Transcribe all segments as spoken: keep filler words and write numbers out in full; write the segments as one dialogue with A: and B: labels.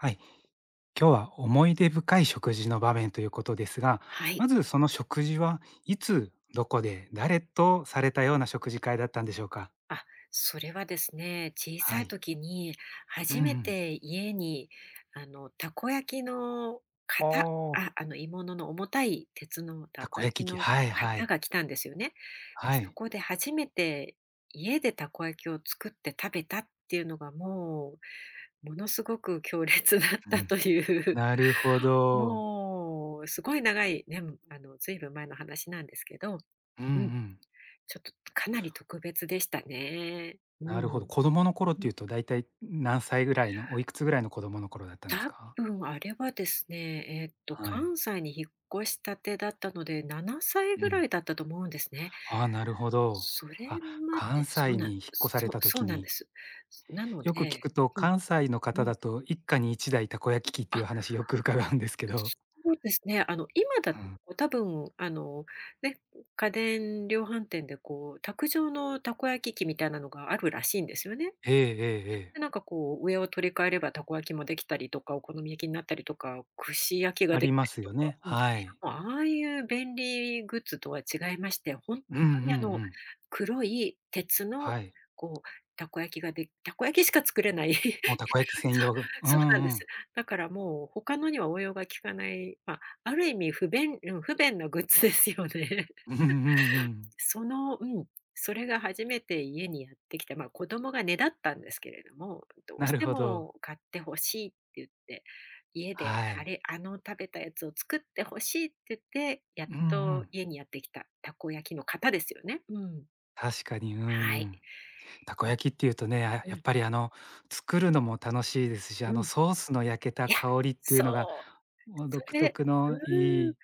A: はい、今日は思い出深い食事の場面ということですが、
B: はい。
A: まずその食事はいつ、どこで、誰とされたような食事会だったんでしょうか？
B: あ、それはですね、小さ
A: は
B: い
A: い。
B: 時に
A: うん
B: 初
A: う
B: め
A: ん。
B: て家に、あの、たこ焼きの
A: お
B: 型
A: お、
B: あ、あの、鋳物の重たい鉄のた
A: た
B: こ
A: こ
B: 焼き
A: 焼き器、
B: の
A: はいは
B: 型
A: い。
B: が来たんですよね。で、
A: は
B: そ
A: い。
B: こで初めて家でたこ焼きを作って食べたっていうのがもう、ものすごく強烈だっ
A: う
B: たと
A: ん。
B: いう
A: なるほ ど。
B: もうすごい長いね、あの、ずいぶん前の話なんですけど、
A: うんう
B: うん。
A: ん。
B: ちょっとかなり特別でしたね。う
A: なる
B: ん
A: ほ
B: う
A: ど。
B: ん。
A: 子供の頃っていうとだいたい何歳ぐらいの、おいくつぐらいの子供の頃だったんです
B: 多
A: か？
B: 分あれはですね、えーっと
A: はい。
B: 関西に引っ越したてだったので、ななさい
A: う
B: ぐらい
A: ん。
B: だったと思うんですね。
A: ああ、なるほど。
B: それ
A: あ、
B: まで
A: 関
B: そう
A: 西
B: なん
A: に引っ越さ
B: そ
A: れ
B: う
A: た
B: そう
A: 時
B: なんで
A: に
B: す。なの
A: よく聞
B: で、
A: くと、
B: うん
A: 関西の
B: う
A: 方
B: ん。
A: だと一家に一台たこ焼き器ってい
B: あ、
A: う話よく伺うんですけど。
B: そうですね。あの、今だ
A: う
B: と
A: ん。
B: 多分あの、ね、家電量販店でこう卓上のたこ焼き器みたいなのがあるらしいんですよね。
A: えええええ
B: で、な
A: え。
B: んかこう、上を取り替えればたこ焼きもできたりとか、お好み焼きになったりとか、串焼きが
A: あ
B: でき
A: りま
B: たり
A: す
B: と
A: よ
B: か、
A: ね。
B: うん。も
A: はい。
B: う、ああいう便利グッズとは違いまして、ほんと
A: うんうんう
B: にあの、
A: ん。
B: 黒い鉄の
A: はい。
B: こう、たこ焼きがでたこ焼きしか作れない。そう、
A: もうたこ焼き専用。うん
B: そうなんで
A: う
B: す。
A: ん。
B: だからもう他のには応用が利かない、ま、ある意味不便、うん、不便なグッズですよね。
A: うんうんうん。
B: その、うん、それが初めて家にやってきた、まあ、子供がねだったんですけれども、どう
A: な
B: し
A: る
B: て
A: ほど。
B: も買ってほしいって言って、家で
A: は
B: あ
A: い。
B: れ、あの食べたやつを作ってほしいって言って、やっ
A: うんう
B: と
A: ん。
B: 家にやってきたたこ焼きの型ですよね。うん。
A: 確かに、うんう
B: はい。
A: ん。たこ焼きっていうとね、あ、
B: う
A: や
B: ん、
A: っぱりあの、作るのも楽しいですし、あ
B: う
A: の
B: ん。
A: ソースの焼けた
B: いや、
A: 香りっていうのが、
B: そう、
A: もう
B: そ
A: 独
B: れ
A: 特のい
B: うーん、
A: い、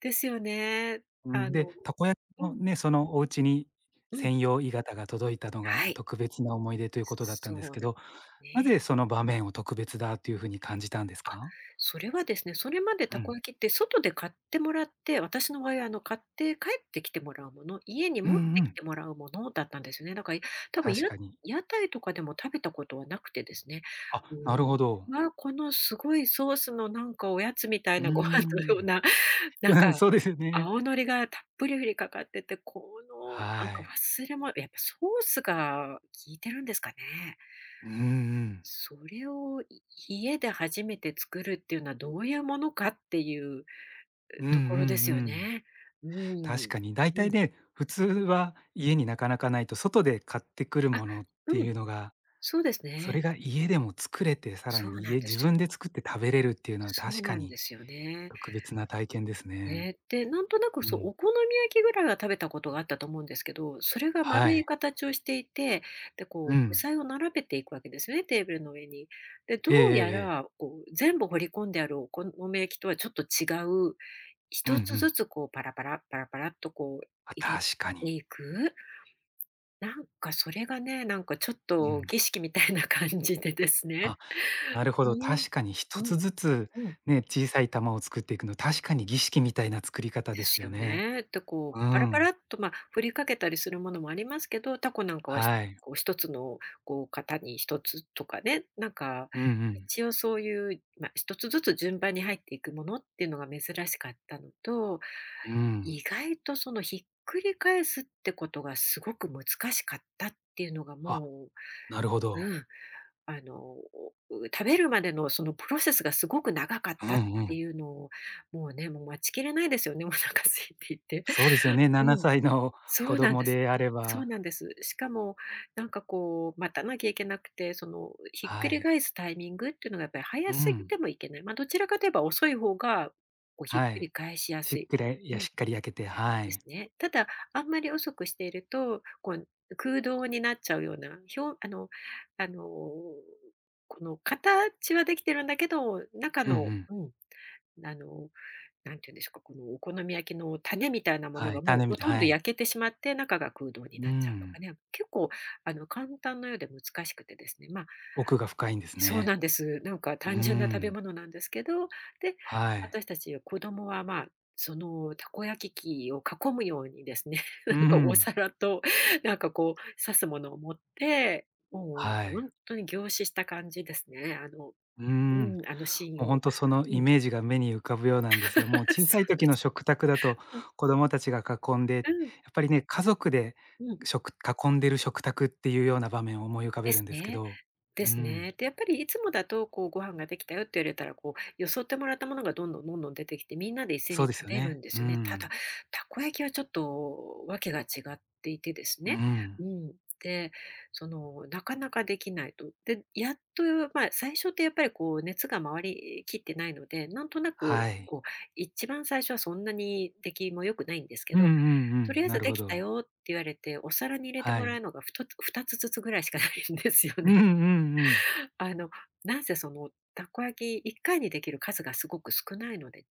B: ですよね。
A: う
B: あ
A: ん、で、
B: の
A: たこ焼き
B: う
A: の
B: ん、
A: ね、そのお家に
B: うん、
A: 専用鋳型が届いたのが
B: はい。
A: 特別な思い出ということだったん
B: そ
A: です
B: う
A: け
B: なんで
A: ど、
B: す
A: な
B: ね。
A: ぜその場面を特別だというふうに感じたんです
B: あ、
A: か？
B: それはですね、それまでた
A: うん。
B: こ焼きって外で買ってもらって、私の場合はあの買って帰ってきてもらうもの、家に
A: うん
B: 持って
A: う
B: き
A: ん。
B: てもらうものだったんですよね。だから多分
A: 確
B: や
A: かに。
B: 屋台とかでも食べたことはなくてですね。う
A: あ、なるほ
B: ん、
A: ど。
B: まあ、このすごいソースのなんかおやつみたい
A: うー
B: なご飯のよう
A: ん。
B: な、な
A: う
B: ん
A: ん、
B: か
A: そうですよね。
B: 青のりがたっぷりふりかかってて、この
A: は
B: なんか
A: い。
B: 忘れもやっぱソースが効いてるんですかね？
A: うんうん。
B: それをい家で初めて作るっていうのはどういうものかっていう
A: うんうんう
B: ところですよ
A: ん。
B: ね。う
A: 確
B: ん。
A: かに、大
B: う
A: 体
B: ん。
A: ね、普通は家になかなかないと、外で買ってくる
B: あ、
A: ものって
B: うん、
A: いうのが、
B: そうです
A: それ
B: ね。
A: が家でも作れて、さら
B: そう
A: に
B: な
A: 家
B: んで
A: 自
B: すよ。
A: 分で作って食べれるっていうのは
B: そう
A: 確
B: な
A: か
B: ん
A: に
B: ですよね。
A: 特別な体験ですね。
B: ね、で、なんとなく
A: う
B: そう、お
A: ん。
B: 好み焼きぐらいは食べたことがあったと思うんですけど、それが
A: は
B: 丸い
A: い。
B: 形をしていて、で、
A: う
B: こう具
A: ん。
B: 材を並べていくわけですよね、テーブルの上に。で、ど
A: えええ
B: うや
A: えええ。
B: らこう全部掘り込んであるお好み焼きとはちょっと違う、
A: うんう
B: 一つず
A: ん。
B: つこうパラパラ、パラパラっとこう
A: あ、
B: 入れ
A: 確か
B: て
A: に。
B: いく、なんかそれがね、なんかちょっ
A: う
B: と
A: ん。
B: 儀式みたいな感じでですね。
A: あ、なるほ
B: う
A: ど、
B: ん。
A: 確かに一
B: う
A: つ
B: ん、
A: ずつ
B: うん。
A: ね、小さい玉を作っていくの、確かに儀式みたいな作り方
B: で
A: です
B: す
A: よ
B: よ
A: ね。
B: ね。で、こう
A: う
B: パラパ
A: ん。
B: ラっと、まあ、振りかけたりするものもありますけど、タコなんかは、ひ
A: はい。
B: こう一つのこう型に一つとかね、なんか
A: うんうん。
B: 一応そういう、まあ、一つずつ順番に入っていくものっていうのが珍しかったのと、
A: う
B: 意
A: ん。
B: 外とそのひっくり返すってことがすごく難しかったっていうのが
A: あ、
B: も
A: なるほ
B: う、
A: ど。
B: うん、あの、食べるまでのそのプロセスがすごく長かっ
A: う
B: たっ
A: んう
B: て
A: ん。
B: いうのを、もうね、もう待ちきれないですよね、お腹空いていて。
A: そうですよね、
B: う
A: 7
B: ん、
A: 歳の
B: そ
A: 子
B: うなん
A: 供
B: です。
A: であれ
B: そう
A: ば、
B: なんです。しかも、なんかこう、待たなきゃいけなくて、その、ひっく
A: は
B: り
A: い。
B: 返すタイミングっていうのがやっぱり
A: う
B: 早すぎ
A: ん。
B: てもいけない。まあ、どちらかといえば遅い方が、こう、ひっ
A: は
B: くり
A: い。
B: 返しや
A: し
B: す
A: っ
B: い。
A: くりいや、しっかり焼けて、は
B: で
A: い。
B: すね。ただ、あんまり遅くしていると、こう空洞になっちゃうような、表あのあの、この形はできてるんだけど、中
A: うんう
B: の、
A: ん。
B: うん、あの、なんていうんですか、このお好み焼きの種みたいなもの
A: は
B: が
A: い、
B: もう
A: 種み
B: ほ
A: た、
B: とんど
A: はい。
B: 焼けてしまって、中が空洞に
A: う
B: なっちゃうとか
A: ん、
B: ね、結構あの簡単なようで難しくてですね、まあ、
A: 奥が深いんです
B: そうな
A: ね。
B: んです。なんか
A: う
B: 単純な食べ
A: ん。
B: 物なんですけど、で、
A: はい。
B: 私たち子供は、まあ、そのたこ焼き器を囲むようにですね、な
A: う
B: んかお
A: ん。
B: 皿となんかこう刺すものを持って、も
A: は
B: う
A: い。
B: 本当に凝視した感じですね。あの、
A: うん。
B: うん、あのシー
A: も
B: ン
A: う
B: を。
A: 本当その
B: う
A: イ
B: ん。
A: メージが目に浮かぶようなんですが、もう 小
B: そ
A: さい時の食卓だと
B: う。うん、
A: 子供たちが囲んで、やっ
B: う
A: ぱりね、家族で、
B: ん、うん。
A: 食囲んでる食卓っていうような場面を思い浮か
B: で
A: べる
B: す
A: んですけ
B: ね。
A: ど。
B: で
A: う
B: す
A: ん、
B: ね。で、やっぱりいつもだと、こう、ご飯ができたよって言われたら、こう、よそってもらったものがどんどんどんどん出てきて、みんなで一斉
A: そう
B: に
A: です
B: 食
A: よ
B: べる
A: ね。
B: んで
A: う
B: すよね。ただ、
A: ん、
B: たこ焼きはちょっとわけが違っていてです
A: う
B: ね。
A: ん、
B: うん。で、その、なかなかできないと。で、やっと、まあ、最初ってやっぱりこう、熱が回りきってないので、なんとなく、
A: はい。
B: こう、一番最初はそんなに出来も良くないんですけ
A: うんうん
B: ど、
A: う
B: とり
A: ん、
B: あえ
A: な
B: ず
A: る
B: で
A: ほ
B: きた
A: ど。
B: よって言われて、お皿に入れて
A: は
B: もらう
A: い。
B: のがふたつ、ふたつずつぐらいしかないんですよ
A: う
B: ね。
A: んうんうん。
B: あの、なんせその、たこ焼きいっかいにできる数がすごく少ないので、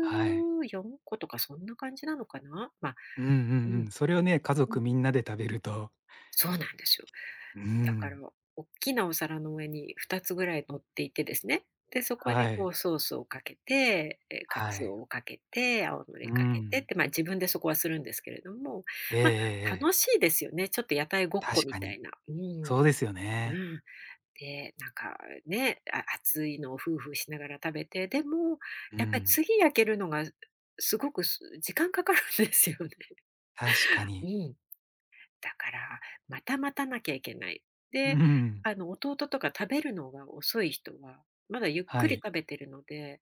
A: はい。
B: 個とかそんな感じなのかな。まあ、
A: うんう
B: う
A: んう
B: ん、
A: ん。それをね、家
B: うん、
A: 族みんなで食べると、
B: そうなんですよ。
A: う
B: だから
A: ん、
B: おっきなお皿の上にふたつぐらい乗っていてですね。で、そこに
A: は
B: こ
A: い、
B: うソースをかけて、え、カ
A: は
B: ツ
A: い。
B: オをかけて、青のり
A: う
B: かけてっ
A: ん。
B: て、まあ、自分でそこはするんですけれども、
A: ええええ
B: まあ、楽
A: え
B: し
A: え。
B: いですよね。ちょっと屋台ごっこ
A: 確
B: み
A: か
B: た
A: に。
B: いな。うん、
A: そうですよ
B: う
A: ね。
B: ん。で、なんかね、あ熱いのをフーフーしながら食べて、でも、
A: う
B: やっぱり
A: ん。
B: 次焼けるのがすごくす時間かかるんですよね。
A: 確か
B: う
A: に。
B: ん。だから、また待たなきゃいけない。
A: う
B: で、
A: ん。
B: あの、弟とか食べるのが遅い人は、まだゆっ
A: は
B: くり
A: い。
B: 食べてるので、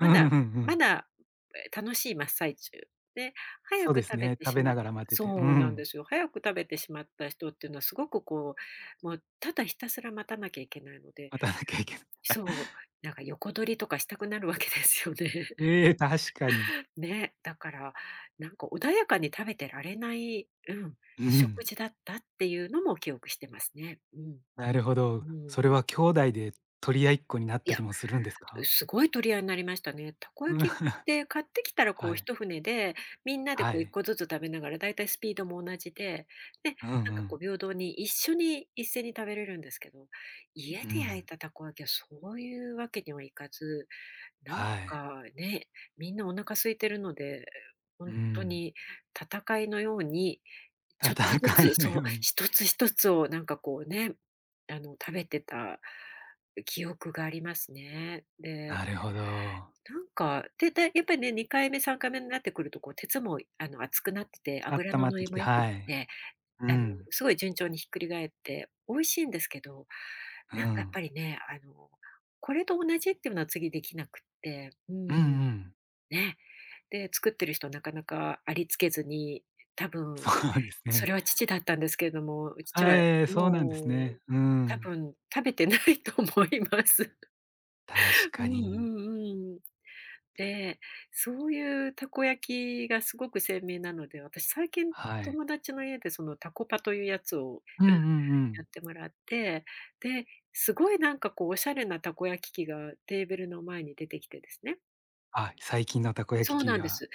A: うんうんう
B: だ
A: んう
B: ま
A: ん。
B: だ、え、楽しい真っ最中。で、早
A: そう
B: く
A: です
B: 食べ
A: ね、
B: て
A: 食
B: し
A: べ
B: まっ
A: ながら待ってて、う
B: そうなんで
A: ん、
B: すよ。早く食べてしまった人っていうのはすごくこう、もうただひたすら待たなきゃいけないので、
A: 待たなきゃいけない。
B: そう、なんか横取りとかしたくなるわけですよね。
A: ええ、確かに。
B: ね、だから、なんか穏やかに食べてられない、うん、
A: うん。
B: 食事だったっていうのも記憶してますね。うん。
A: なるほ
B: う
A: ど。それ
B: ん。
A: は兄弟で取り合いっこになっ
B: い
A: た
B: や、
A: りもするんですか？
B: すごい取り合いになりましたね。たこ
A: うん。
B: 焼きっ て買ってきたらこ
A: は
B: う
A: い。
B: 一船で、みんなで
A: は
B: こう一
A: い。
B: 個ずつ食べながら、だいたいスピードも同じで、で、
A: うんう
B: なんかこう
A: ん。
B: 平等に一緒に一斉に食べれるんですけど、家
A: う
B: で焼い
A: ん。
B: たたこ焼きはそういうわけにはいかず、なん
A: はい。
B: かね、みんなお腹空いてるので、
A: う
B: 本当
A: ん。
B: に戦いのように、ちょっとず
A: 戦い
B: つ、
A: の
B: そう、
A: ように。
B: 一つ一つをなんかこうね、あの、食べてた記憶がありますね。で、
A: なるほど。
B: なんか、で、だやっぱりね、にかいめ、さんかいめになってくると、こう鉄も、あの、厚くなってて、
A: あっ
B: 油
A: た
B: の
A: まっ
B: 乗
A: て
B: り
A: き
B: も
A: て、
B: 良くっ
A: はい。
B: て、
A: う
B: あの、
A: ん。
B: すごい順調にひっくり返って、美味しいんですけど、
A: う
B: なんかやっ
A: ん。
B: ぱりね、あの、これと同じっていうのは次できなくって、う
A: うんう
B: ん。
A: ん。
B: ね。で、作ってる人なかなかありつけずに、多分
A: そうです
B: そ
A: ね。
B: れは父だったんですけれども、父
A: あ、
B: は
A: ええ、そうなんです
B: もう
A: ね。う
B: 多
A: ん。
B: 分食べてないと思います。
A: 確
B: う
A: か
B: んう
A: に。
B: んうん。で、そういうたこ焼きがすごく鮮明なので、私最近
A: はい。
B: 友達の家でそのたこパというやつを、
A: うんう
B: う
A: ん
B: ん、
A: う
B: や
A: ん。
B: ってもらって、で、すごいなんかこうおしゃれなたこ焼き器がテーブルの前に出てきてですね。
A: あ、最近のたこ焼き
B: そう
A: 器
B: なんで
A: や。
B: す。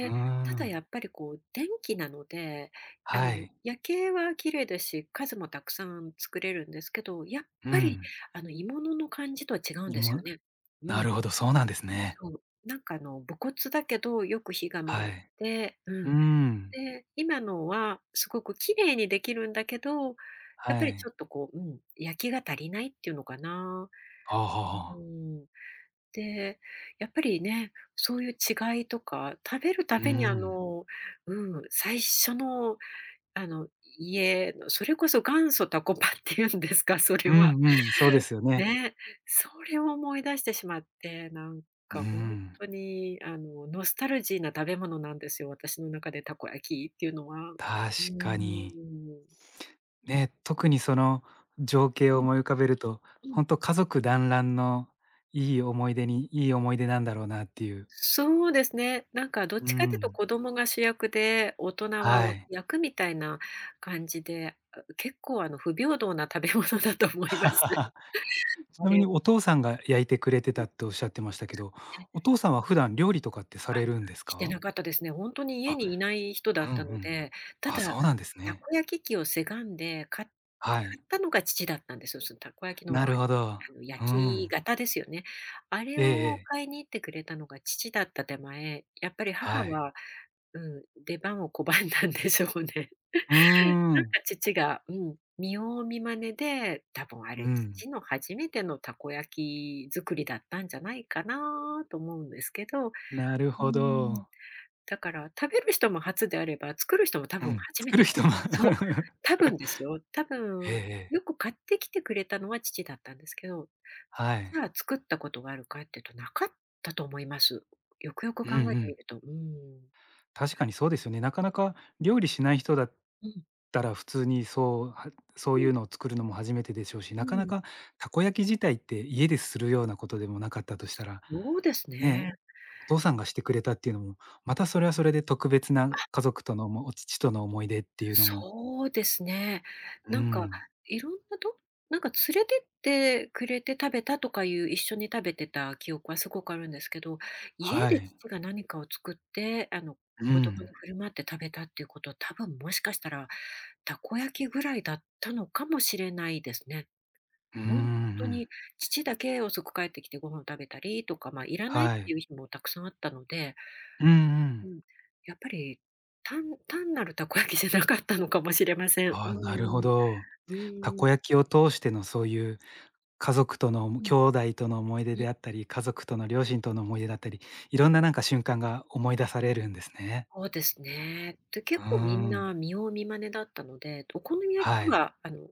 A: うー
B: ただ
A: ん。
B: やっぱりこう電気なので、あ
A: は
B: の
A: い。
B: 夜景は綺麗ですし、数もたくさん作れるんですけど、やっ
A: う
B: ぱり
A: ん。
B: あの鋳物の感じとは違うん
A: い
B: ですよ
A: も
B: ね。う
A: な
B: ん、
A: るほど、そうなんですね。
B: そう。なんかあの無骨だけどよく火が回っ
A: はい。
B: て、う
A: うー
B: ん。
A: ん。
B: で、今のはすごく綺麗にできるんだけど、やっ
A: は
B: ぱりちょ
A: い。
B: っとこう、うん、焼きが足りないっていうのかな。
A: ああ、はあ
B: う
A: はあ。
B: ん。で、やっぱりね、そういう違いとか、食べるた
A: うー
B: びにあ
A: ん。
B: の、うん、最初のあの、家のそれこそ元祖タコパって言うんですか、それ
A: う
B: は。
A: んうん、そうですよね。
B: ね、それを思い出してしまって、なん
A: うー
B: かほん
A: ん。
B: とにあの、ノスタルジーな食べ物なんですよ、私の中でたこ焼きっていうのは。うー
A: 確かに。
B: ん。
A: ね、特にその情景
B: う
A: を
B: ん、
A: 思い浮かべると、
B: う
A: ほ
B: ん。
A: んと家族団らんの、いい思い出に、いい思い出なんだろうなっていう。
B: そうですね。なんかどっ
A: う
B: ちかっていうと
A: ん。
B: 子供が主役で、大人は
A: は
B: 脇
A: い。
B: 役みたいな感じで、あ、結構あの不平等な食べ物だと思います。
A: ち
B: あ
A: なみ
B: れを
A: にお父さんが焼いてくれてたっておっしゃってましたけど、
B: ね。
A: お父さんは普段料理とかってさ
B: あ、
A: れるんです
B: して
A: か？
B: なかったですね。本当に家
A: あ、
B: にいない人だ
A: うん
B: っ
A: う
B: たの
A: ん。
B: で、た
A: あ、
B: だ、
A: そうなんです
B: た
A: ね。
B: こ焼き器をせがんで、か
A: は
B: 買
A: い。
B: ったのが父だったんですよ。そのたこ焼きの、
A: な
B: まあ、
A: るほど。
B: あの焼
A: う
B: き
A: ん。
B: 型ですよね。あれ
A: ええ
B: を
A: ええ。
B: 買いに行ってくれたのが父だった手前、やっぱり母
A: はい。
B: は、うん、出番を拒んだんでしょうね。
A: うー
B: なん
A: ん。
B: か父が、うん、見よう見まねで、多分あ
A: う
B: れ、
A: ん。
B: 父の初めてのたこ焼き作りだったんじゃないかなと思うんですけど。う
A: なる
B: ー
A: ほ
B: ん。
A: ど。
B: だから、食べる人も初であれば、作る人も多
A: う
B: 分
A: ん。
B: 初め
A: 作
B: て
A: る
B: だ。
A: 人も。
B: そう、多分ですよ。多
A: ええ
B: 分、
A: ええ。
B: よく買ってきてくれたのは父だったんですけど、
A: はい。
B: じゃあ作ったことがあるかっていうと、なかったと思います。よくよく
A: うんう
B: 考えてみ
A: ん、
B: ると、うん。
A: 確かにそうですよね。なかなか料理しない人だっ
B: うん、
A: たら普通にそう、は、そう
B: う
A: い
B: ん、
A: うのを作るのも初めてでしょうし、
B: う
A: なかな
B: ん。
A: かたこ焼き自体って家でするようなことでもなかったとしたら、
B: そうです
A: ね、
B: ね。
A: お、お父さんがしてくれたっていうのも、またそれはそれで特別な家族との、もお父との思い出っていうのも、
B: そうですね。
A: う
B: なんか、
A: ん、
B: いろんなとなんか連れてってくれて食べたとかいう一緒に食べてた記憶はすごくあるんですけど、家
A: は
B: で
A: い。
B: 父が何かを作って、あの、
A: う
B: 子供に
A: ん。
B: 振る舞って食べたっていうことは、多分もしかしたら、たこ焼きぐらいだったのかもしれないですね。
A: うんうんう
B: 本当
A: ん。
B: に父だけ遅く帰ってきてご飯を食べたりとか、まあ、いらないっ
A: は
B: てい
A: い。
B: う日もたくさんあったので、
A: うんう
B: う
A: ん。
B: ん、やっぱり、単単なるたこ焼きじゃなかったのかもしれません。うー
A: ああ、なるほ
B: ん。
A: ど。
B: う
A: た
B: ー
A: こ
B: ん。
A: 焼きを通してのそういう家族との、
B: うん、
A: 兄弟との思い出
B: うん。
A: であったり、家族との両親との思い出だったり、いろんななんか瞬間が思い出されるんですね。
B: そうですね。で、
A: うー
B: 結構みん
A: ん。
B: な見よう見まねだったので、お好み焼きと
A: はい。
B: は、あの、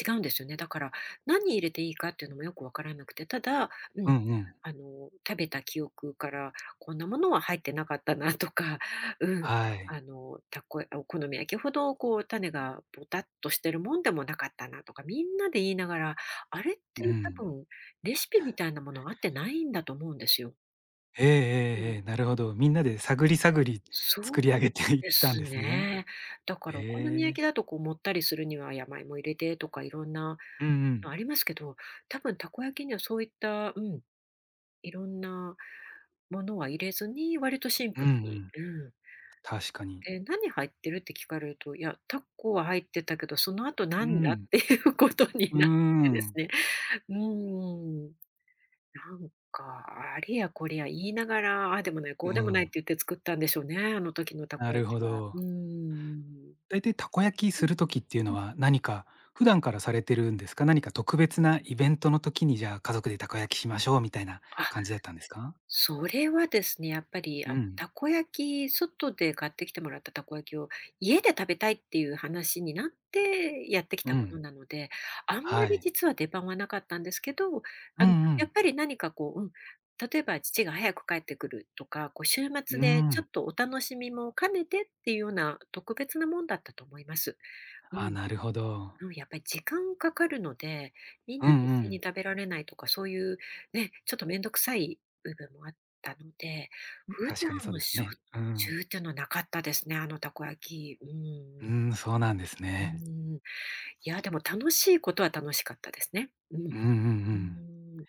B: 違うんですよね。だから、何入れていいかっていうのもよくわからなくて、ただ、う
A: う
B: ん、
A: んうん。
B: あの、食べた記憶から、こんなものは入ってなかったなとか、うん、
A: はい。
B: あの、たこお好み焼きほど、こう、種がボタっとしてるもんでもなかったなとか、みんなで言いながら、あれって
A: う
B: 多
A: ん。
B: 分、レシピみたいなものがあってないんだと思うんですよ。
A: ええええええ、なるほど。みんなで探り探り
B: そ
A: 作
B: う
A: り上げていっ
B: で
A: たん
B: す
A: ですね。
B: ね。だからお好み焼
A: え
B: きだ
A: え。
B: とこうもったりするには山芋入れてとかいろんな
A: うんうん。
B: のありますけど、多分たこ焼きにはそういった、うん、いろんなものは入れずに割とシン
A: うん
B: プ
A: う
B: ルに。
A: ん。
B: うん。
A: 確かに。
B: で、「何入ってる？」って聞かれると、いや、タコは入ってたけど、その後な
A: う
B: んだっ
A: ん。
B: ていうことに
A: うー
B: なってです
A: ん。
B: ね。うん。なんか、あれやこれや言いながら、ああでもない、こ
A: う
B: うでもないって
A: ん。
B: 言って作ったんでしょうね、あの時のた
A: な
B: こ焼
A: るほ
B: きは。うー
A: ど。
B: ん。
A: 大体たこ焼きする時っていうのは、何か普段からされてるんですか？何か特別なイベントの時に、じゃあ、家族でたこ焼きしましょうみたいな
B: あ、
A: 感じだったんですか？
B: それはですね、やっぱり、あ
A: う
B: の、
A: ん。
B: たこ焼き外で買ってきてもらったたこ焼きを家で食べたいっていう話になってやってきた
A: う
B: もの
A: ん。
B: なので、あんま
A: は
B: り
A: い。
B: 実は出番はなかったんですけど、
A: う
B: あ
A: ん
B: の、
A: う
B: やっ
A: ん。
B: ぱり何かこう、うん、例えば父が早く帰ってくるとか、こう週
A: う
B: 末
A: ー
B: でちょっ
A: ん。
B: とお楽しみも兼ねてっていうような特別なもんだったと思います。う
A: あ、
B: ん。
A: なるほど。
B: うん、やっぱり時間かかるので、みん
A: うん
B: な
A: うんうん、あ、なる
B: で一
A: ほど、う
B: 斉に
A: ん、
B: 食べられないとか、そういうね、ちょっとめんどくさい部分もあったので、
A: うん、
B: 普
A: 確かにそう
B: 段
A: です
B: しょっ
A: ね。う
B: ち
A: ん。
B: ゅうっていうのはなかったですね、あのたこ焼き。う
A: う
B: ん。
A: ん、そうなんです
B: うー
A: ね。
B: ん。いや、でも楽しいことは楽しかったですね。うん。
A: うんうんう
B: う
A: ん。
B: ん。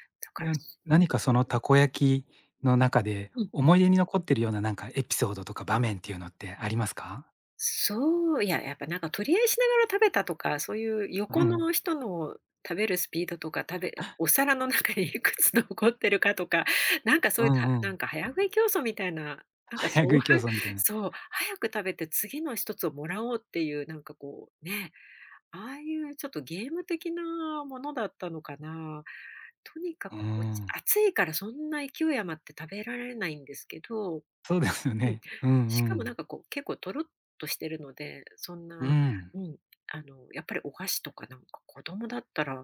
B: だ
A: い
B: から、
A: や、
B: うん。
A: 何かそのたこ焼きの中で、
B: うん。
A: 思い出に残ってるようななんかエピソードとか場面っていうのってありますか？
B: そう、いや、やっぱなんか取り合いしながら食べたとか、そういう
A: う
B: 横
A: ん。
B: の人の食べるスピードとか、食べお皿の中に いくつ残ってるかとか、なんかそう
A: う
B: いう、
A: ん
B: た
A: う
B: な
A: ん。
B: んか早食い競争みたいな、なんか
A: 早
B: そ
A: 食
B: う
A: い競争 みたいな。
B: そう、早く食べて次の一つをもらおうっていう、なんかこう、ね、ああいうちょっとゲーム的なものだったのかな。とにかく、
A: うー
B: おち
A: ん、
B: 暑いからそんな勢い余って食べられないんですけど。
A: そうですよ
B: うん。
A: ね。うんう
B: しかもなん
A: ん。
B: かこう、結構とろっとしてるので、そんな、
A: うん。
B: うん、あの、やっぱりお箸とかなんか子供だったら、な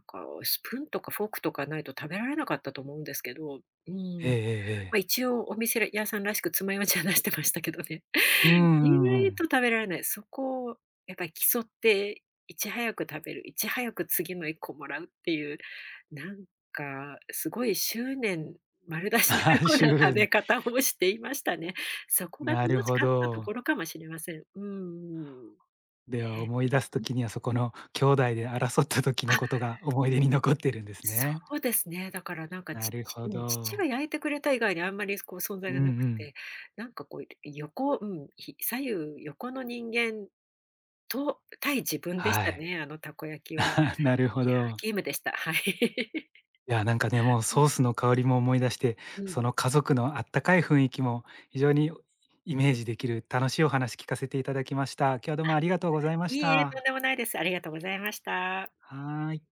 B: んかスプーンとかフォークとかないと食べられなかったと思うんですけど、うん。
A: えええええ
B: まあ、
A: え。
B: 一応お店屋さんらしく爪楊枝は出してましたけどね。
A: う んう
B: 意
A: んう
B: 外と
A: ん。
B: 食べられない。そこをやっぱり競って、いち早く食べる、いち早く次のいっこもらうっていう、なんかすごい執念丸出 しの
A: あ
B: よ
A: あ、
B: うな食
A: 週に。
B: べ方をしていましたね。そこが楽
A: なる
B: し
A: ほ
B: かったと
A: ど。
B: ころかもしれません。うん。あ、
A: では、思い出す時にはそこの兄弟で争った時のことが思い出に残ってるんです
B: そ
A: ね。
B: うですね。だからなんか、
A: な
B: 父、
A: るほ
B: うん、父
A: ど。
B: が焼いてくれた以外にあんまり、こう、存
A: う
B: 在
A: ん
B: が
A: う
B: なく
A: ん。
B: て、なんか、こう、横うん、ひ左右横の人間と対自分でし
A: は
B: た
A: い。
B: ね、あのたこ焼きは。
A: なるほど。
B: ゲームでした。はい。
A: いや、なんかね、もう
B: うん、
A: ソースの香りも思い出して、
B: うん。
A: その家族のあったかい雰囲気も非常にイメージできる楽しいお話聞かせていただきました。今日はどうもありがとうございま
B: い
A: し
B: いえ、とん
A: た。
B: でもないです。ありがとうございました。
A: はい。